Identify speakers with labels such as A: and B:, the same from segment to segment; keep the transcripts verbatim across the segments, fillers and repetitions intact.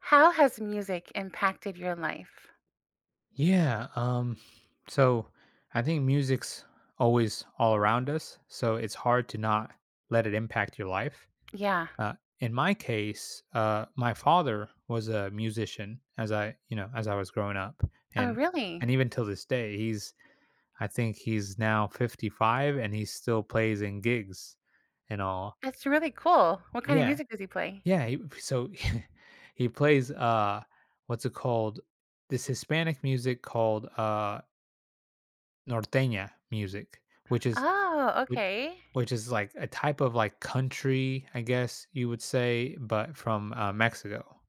A: How has music impacted your life?
B: Yeah. Um, so I think music's always all around us. So it's hard to not let it impact your life.
A: Yeah.
B: Uh, in my case, uh, my father was a musician as I, you know, as I was growing up,
A: Oh,
B: and and
A: really?
B: even till this day, he's I think he's now fifty five and he still plays in gigs and all.
A: That's really cool. What kind of
B: Yeah,
A: music does he play?
B: yeah. He, so he plays uh, what's it called? This Hispanic music called uh Norteña music, which is
A: Oh,
B: which
A: okay.
B: which is like a type of like country, I guess you would say, but from, uh, Mexico.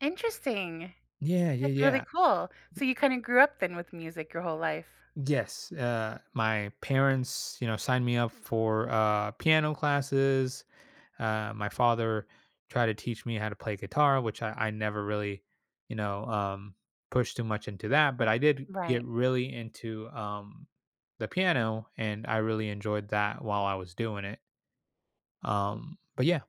A: Interesting.
B: Yeah, yeah,
A: That's really
B: yeah.
A: cool.
B: Y
A: So you kind of grew up then with music your whole life.
B: yes, uh, my parents, you know, signed me up for, uh, piano classes, uh, my father tried to teach me how to play guitar, which I I never really, you know, um, pushed too much into that, but I did get
A: Right.
B: really into, um, the piano, and I really enjoyed that while I was doing it. Um, but yeah,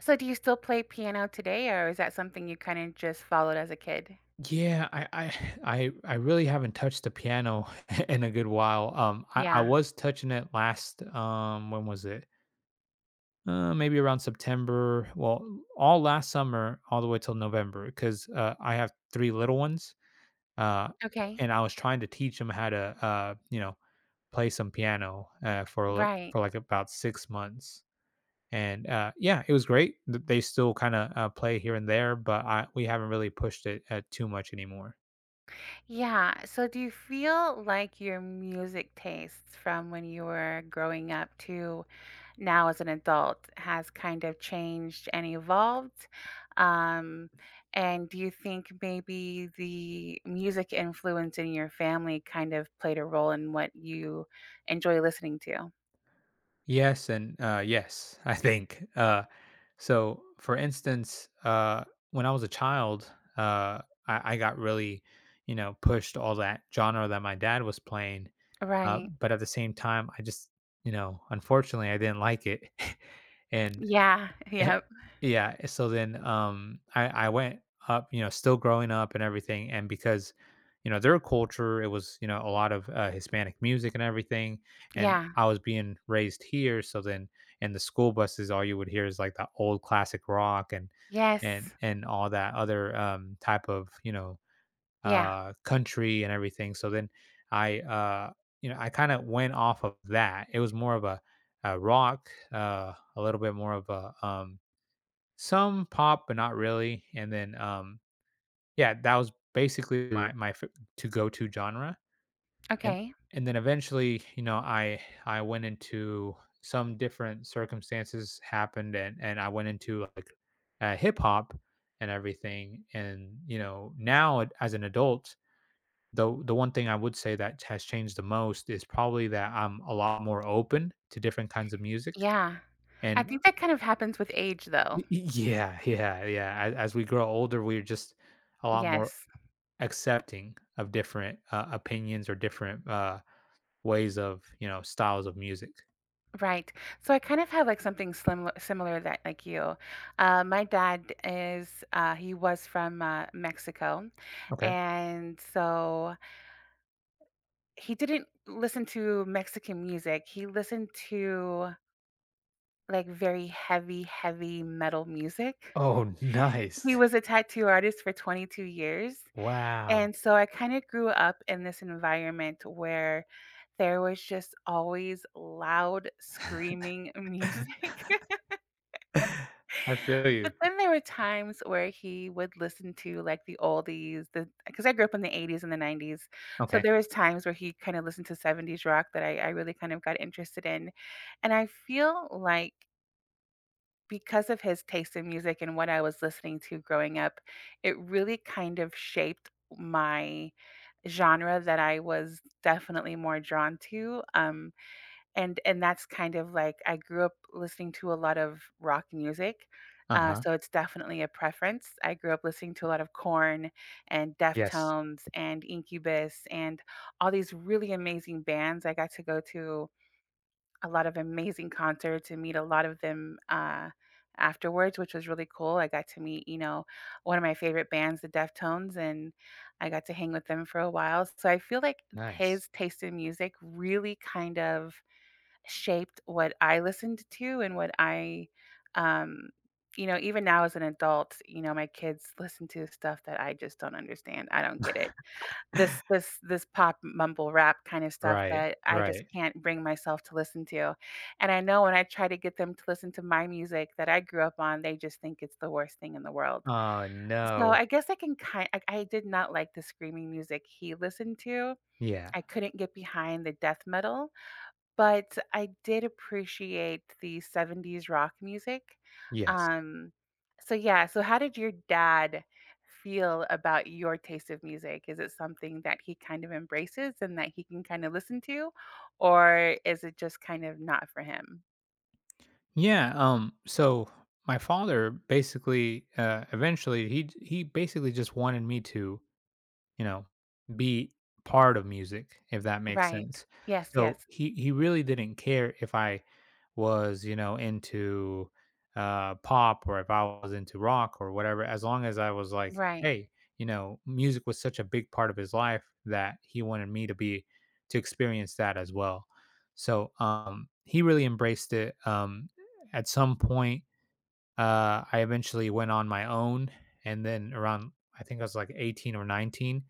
A: So do you still play piano today, or is that something you kind of just followed as a kid?
B: yeah, I, I, I, I really haven't touched the piano in a good while. Um, I, I
A: Yeah.
B: was touching it last. Um, when was it? Uh, maybe around September. Well, all last summer, all the way till November, because uh, I have three little ones. Uh,
A: Okay.
B: and I was trying to teach them how to, uh, you know, play some piano uh, for a little,
A: Right.
B: for like about six months. And uh, yeah, it was great. Th- They still kind of uh, play here and there, but I, we haven't really pushed it uh, too much anymore.
A: Yeah. So do you feel like your music tastes from when you were growing up to now as an adult has kind of changed and evolved? Um, and do you think maybe the music influence in your family kind of played a role in what you enjoy listening to?
B: Yes, and uh, yes, I think. Uh, so, for instance, uh, when I was a child, uh, I, I got really, you know, pushed all that genre that my dad was playing. Uh,
A: Right.
B: but at the same time, I just, you know, unfortunately, I didn't like it. and
A: Yeah.
B: Eh
A: Yep.
B: yeah, eh, so then, um, I I went up, you know, still growing up and everything, and because, you know, their culture, it was, you know, a lot of, uh, Hispanic music and everything, and
A: Yeah.
B: I was being raised here, so then in the school buses, all you would hear is, like, the old classic rock and and
A: Yes.
B: and all that other, um, type of, you know,
A: Yeah.
B: uh, country and everything, so then I, uh, you know, I kinda went off of that. It was more of a a rock, uh, a little bit more of a, um some pop, but not really, and then, um, yeah, that was basically my my to-go to genre, and
A: Okay.
B: and then eventually, you know, I I went into some different circumstances happened, and and I went into, like, uh, hip hop and everything, and, you know, now it- as an adult, the the one thing I would say that has changed the most is probably that I'm a lot more open to different kinds of music,
A: Yeah, I
B: and
A: think that kind of happens with age,
B: Y
A: though.
B: y yeah, yeah, yeah. As as we grow older, we're just a lot more
A: Yes.
B: accepting of different, uh, opinions or different, uh, ways of, you know, styles of music.
A: Right. So I kind of have like something slim similar that like you. Uh, my dad is uh, he was from uh, Mexico,
B: Okay.
A: and so he didn't listen to Mexican music. He listened to like very heavy, heavy metal music.
B: Oh,
A: He
B: nice.
A: was a tattoo artist for twenty-two years,
B: Wow.
A: and so I kind of grew up in this environment where there was just always loud screaming music.
B: I feel you.
A: But then there were times where he would listen to, like, the oldies, the because I grew up in the eighties and the nineties, so
B: Okay.
A: there was times where he kinda listened to seventies rock that I I really kind of got interested in, and I feel like because of his taste in music and what I was listening to growing up, it really kind of shaped my genre that I was definitely more drawn to, um, and and that's kind of like I grew up listening to a lot of rock music, uh,
B: Uh-huh.
A: so it's definitely a preference. I grew up listening to a lot of Korn and
B: Yes.
A: Deftones and Incubus and all these really amazing bands. I got to go to a lot of amazing concerts and meet a lot of them uh, afterwards, which was really cool. I got to meet, you know, one of my favorite bands, the Deftones, and I got to hang with them for a while. So I feel like
B: Nice.
A: his taste in music really kind of shaped what I listened to and what I, um, you know, even now as an adult, you know, my kids listen to stuff that I just don't understand. I don't get it. This this this pop mumble rap kind of stuff
B: Right,
A: that I just
B: right.
A: can't bring myself to listen to. And I know when I try to get them to listen to my music that I grew up on, they just think it's the worst thing in the world.
B: Oh,
A: So
B: no.
A: I guess I can kind I, I did not like the screaming music he listened to.
B: Yeah.
A: I couldn't get behind the death metal, but I did appreciate the seventies rock music.
B: Yes.
A: Um, so yeah, so how did your dad feel about your taste of music? Is it something that he kind of embraces and that he can kind of listen to, or is it just kind of not for him?
B: Yeah, um, so my father basically, uh, eventually, he he basically just wanted me to you know, be part of music, if that makes
A: Right.
B: sense.
A: Yes,
B: So
A: yes.
B: he he really didn't care if I was, you know, into uh pop or if I was into rock or whatever, as long as I was like,
A: Right.
B: hey, you know, music was such a big part of his life that he wanted me to be to experience that as well. So um he really embraced it. Um, at some point uh I eventually went on my own and then around I think I was like eighteen or nineteen.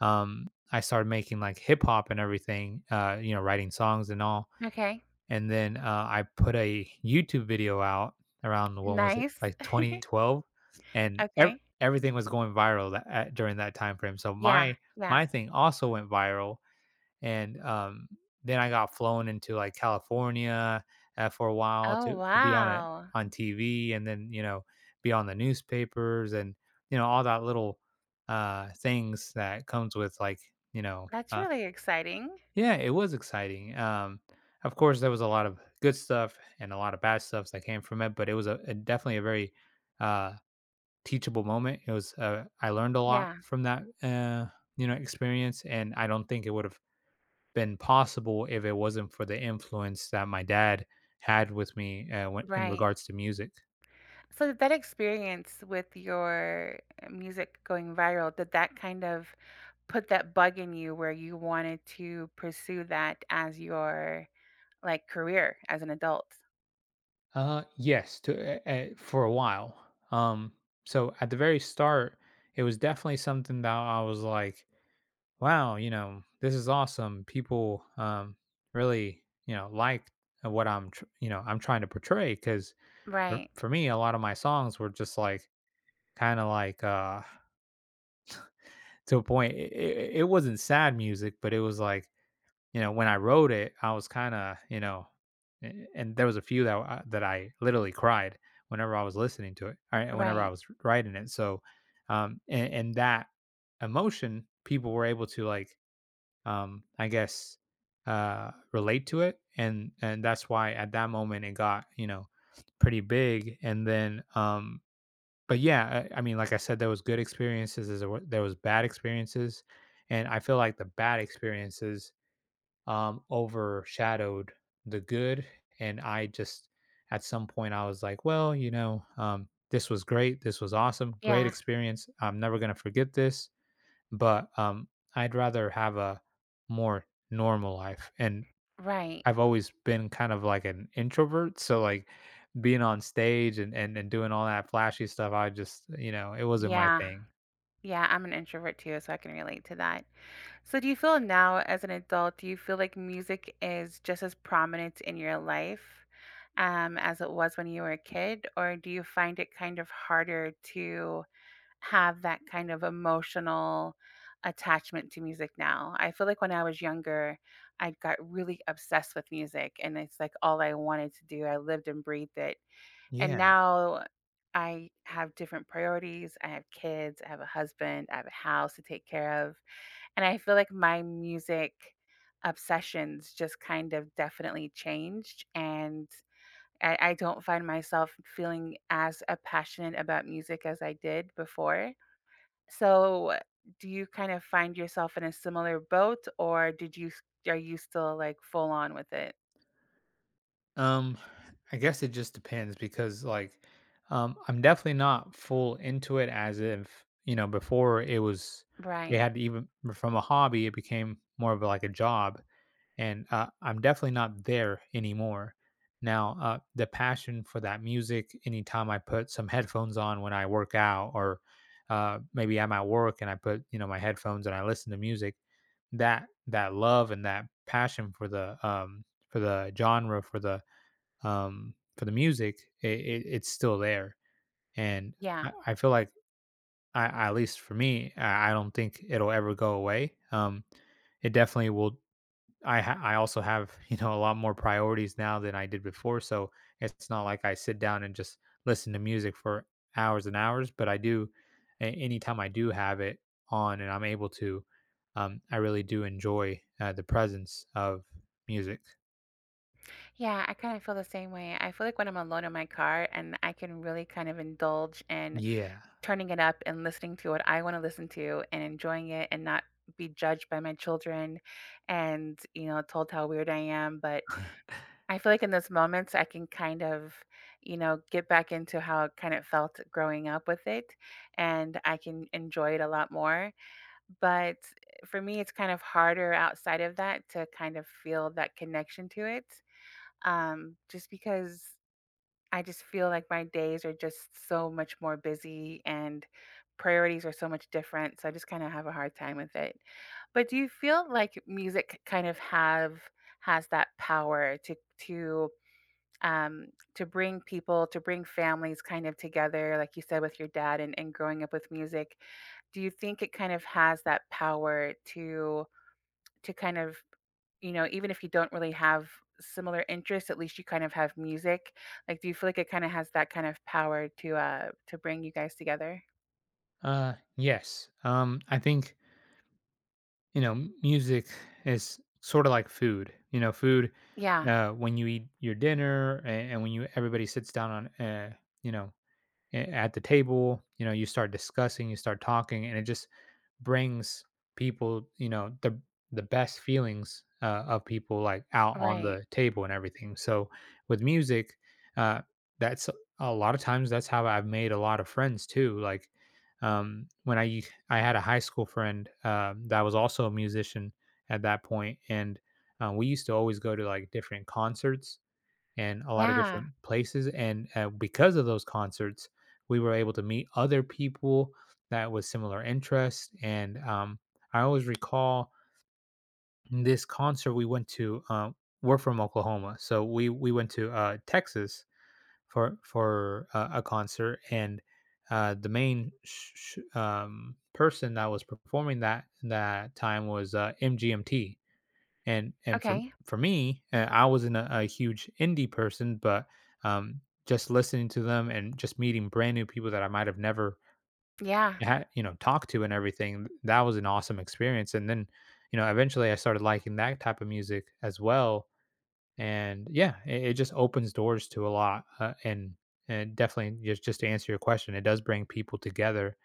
B: um, I started making like hip hop and everything, uh, you know, writing songs and all.
A: Okay.
B: And then uh, I put a YouTube video out around when was it
A: Nice.
B: like twenty twelve, and ev-
A: Okay.
B: everything was going viral that, at, during that time frame. So
A: Yeah,
B: my
A: yeah.
B: my thing also went viral, and, um, then I got flown into, like, California, uh, for a while
A: Oh,
B: to to be on it
A: wow.
B: on T V and then, you know, be on the newspapers and, you know, all that little, uh, things that comes with, like, you know,
A: That's
B: uh
A: really exciting.
B: Yeah, it was exciting, um, of course, there was a lot of good stuff and a lot of bad stuff that came from it, but it was a a definitely a very, uh, teachable moment. It was, uh I learned a lot
A: Yeah,
B: from that, uh, you know, experience, and I don't think it would've been possible if it wasn't for the influence that my dad had with me uh, when, in
A: right.
B: regards to music.
A: So did that experience with your uh, music going viral, did that kind of put that bug in you where you wanted to pursue that as your like career as an adult?
B: Uh, yes, to uh, uh, for a while. Um, so at the very start, it was definitely something that I was like, "Wow, you know, this is awesome. People um, really, you know, like what I'm, tr- you know, I'm trying to portray." Because for,
A: Right.
B: for me, a lot of my songs were just like, kind of like, uh, to a point. It, it, it wasn't sad music, but it was like you know, when I wrote it, I was kind of, you know, a- and there was a few that I, that I literally cried whenever I was listening to it, or whenever I
A: Right.
B: was writing it. So, um, and, and that emotion, people were able to like, um, I guess, uh, relate to it, and and that's why at that moment it got, you know, pretty big. And then, um, but yeah, I, I mean, like I said, there was good experiences, there was there was bad experiences, and I feel like the bad experiences um, overshadowed the good. And I just, at some point, I was like, well, you know, um, this was great. This was awesome. Great
A: Yeah.
B: experience. I'm never going to forget this. But um, I'd rather have a more normal life. And
A: Right.
B: I've always been kind of like an introvert. So, like, being on stage and, and, and doing all that flashy stuff, I just, you know, it wasn't my
A: Yeah.
B: thing.
A: Yeah, I'm an introvert too, so I can relate to that. So do you feel now as an adult, do you feel like music is just as prominent in your life um, as it was when you were a kid? Or do you find it kind of harder to have that kind of emotional attachment to music now? I feel like when I was younger, I got really obsessed with music and it's like all I wanted to do. I lived and breathed it. And
B: Yeah.
A: now I have different priorities. I have kids, I have a husband, I have a house to take care of. And I feel like my music obsessions just kind of definitely changed. And I, I don't find myself feeling as a passionate about music as I did before, so do you kind of find yourself in a similar boat or did you s- are you still like full on with it?
B: Um, I guess it just depends because like um I'm definitely not full into it as if, you know, before it was it
A: Right.
B: had to even from a hobby it became more of like a job and uh, I'm definitely not there anymore. Now, uh the passion for that music anytime I put some headphones on when I work out or uh maybe I'm at work and I put, you know, my headphones and I listen to music, that that love and that passion for the um for the genre for the um, for the music, it, it it's still there, and
A: Yeah.
B: I, I feel like I, I- at least for me, I, I don't think it'll ever go away. Um, it definitely will. I ha- I also have you know a lot more priorities now than I did before, so it's not like I sit down and just listen to music for hours and hours. But I do, a- anytime I do have it on and I'm able to, um, I really do enjoy uh, the presence of music.
A: Yeah, I kind of feel the same way. I feel like when I'm alone in my car and I can really kind of indulge in
B: Yeah.
A: turning it up and listening to what I want to listen to and enjoying it and not be judged by my children and, you know, told how weird I am, but I feel like in those moments, I can kind of, you know, get back into how it kind of felt growing up with it, and I can enjoy it a lot more. But eh, for me, it's kind of harder outside of that to kind of feel that connection to it, um, just because I just feel like my days are just so much more busy and priorities are so much different. So I just kind of have a hard time with it. But do you feel like music kind of have has that power to to um, to bring people, to bring families kind of together, like you said with your dad and, and growing up with music, do you think it kind of has that power to to kind of you know even if you don't really have similar interests, at least you kind of have music. Like, do you feel like it kind of has that kind of power to uh to bring you guys together?
B: Uh yes. Um I think you know, music is sort of like food. You know, food
A: Yeah.
B: uh, when you eat your dinner and, and when you everybody sits down on, uh, you know, a- at the table you know you start discussing you start talking and it just brings people you know the the best feelings uh, of people like out on
A: Right.
B: the table and everything. So with music uh that's a lot of times that's how I've made a lot of friends too like um when i u- I had a high school friend um that was also a musician at that point. And uh, we used to always go to like different concerts and a lot of
A: Yeah.
B: different places. And uh, because of those concerts, we were able to meet other people that with similar interests. And um, I always recall this concert we went to. Uh, we're from Oklahoma, so we we went to uh, Texas for for uh, a concert, and uh, the main sh- sh- um, person that was performing that that time was uh, M G M T. And and For
A: Okay.
B: for me, uh, I wasn't a, a huge indie person, but um, just listening to them and just meeting brand new people that I might have never
A: Yeah.
B: had, you know, talked to and everything, that was an awesome experience. And then, you know, eventually I started liking that type of music as well. And yeah, it, it just opens doors to a lot. Uh, and and definitely just just to answer your question, it does bring people together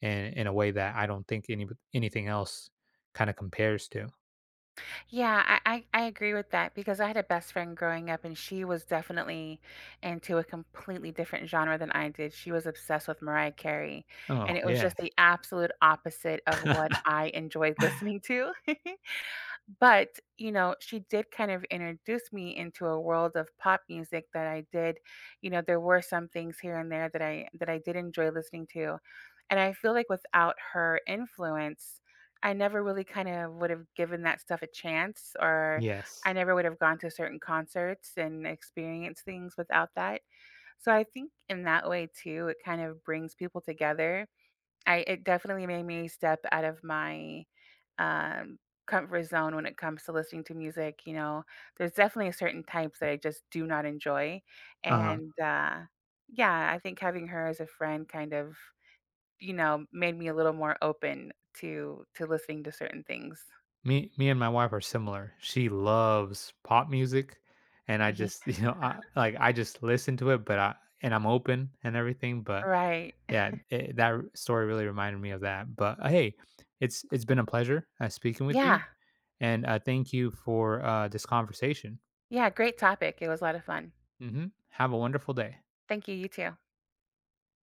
B: in in a way that I don't think any anything else kind of compares to.
A: Yeah, I, I, I agree with that because I had a best friend growing up and she was definitely into a completely different genre than I did. She was obsessed with Mariah Carey, and
B: Oh
A: it was
B: yeah,
A: just the absolute opposite of what I enjoyed listening to. But, you know, she did kind of introduce me into a world of pop music that I did, you know, there were some things here and there that I that I did enjoy listening to. And I feel like without her influence, I never really kind of would have given that stuff a chance or I
B: yes.
A: never would have gone to certain concerts and experienced things without that. So I think in that way too, it kind of brings people together I it definitely made me step out of my, um, comfort zone when it comes to listening to music, you know? There's definitely certain types that I just do not enjoy,
B: Uh huh.
A: and, uh, yeah, I think having her as a friend kind of, you know, made me a little more open to to listening to certain things.
B: Me me and my wife are similar. She loves pop music, and I just, you know, I like, I just listen to it, but I and I'm open and everything, but
A: Right.
B: yeah, it, that r- story really reminded me of that. But, uh, hey, it's it's been a pleasure, uh, speaking with you,
A: Yeah.
B: and, uh, thank you for, uh, this conversation.
A: Yeah, great topic, it was a lot of fun.
B: Mhm. Have a wonderful day.
A: Thank you, you too.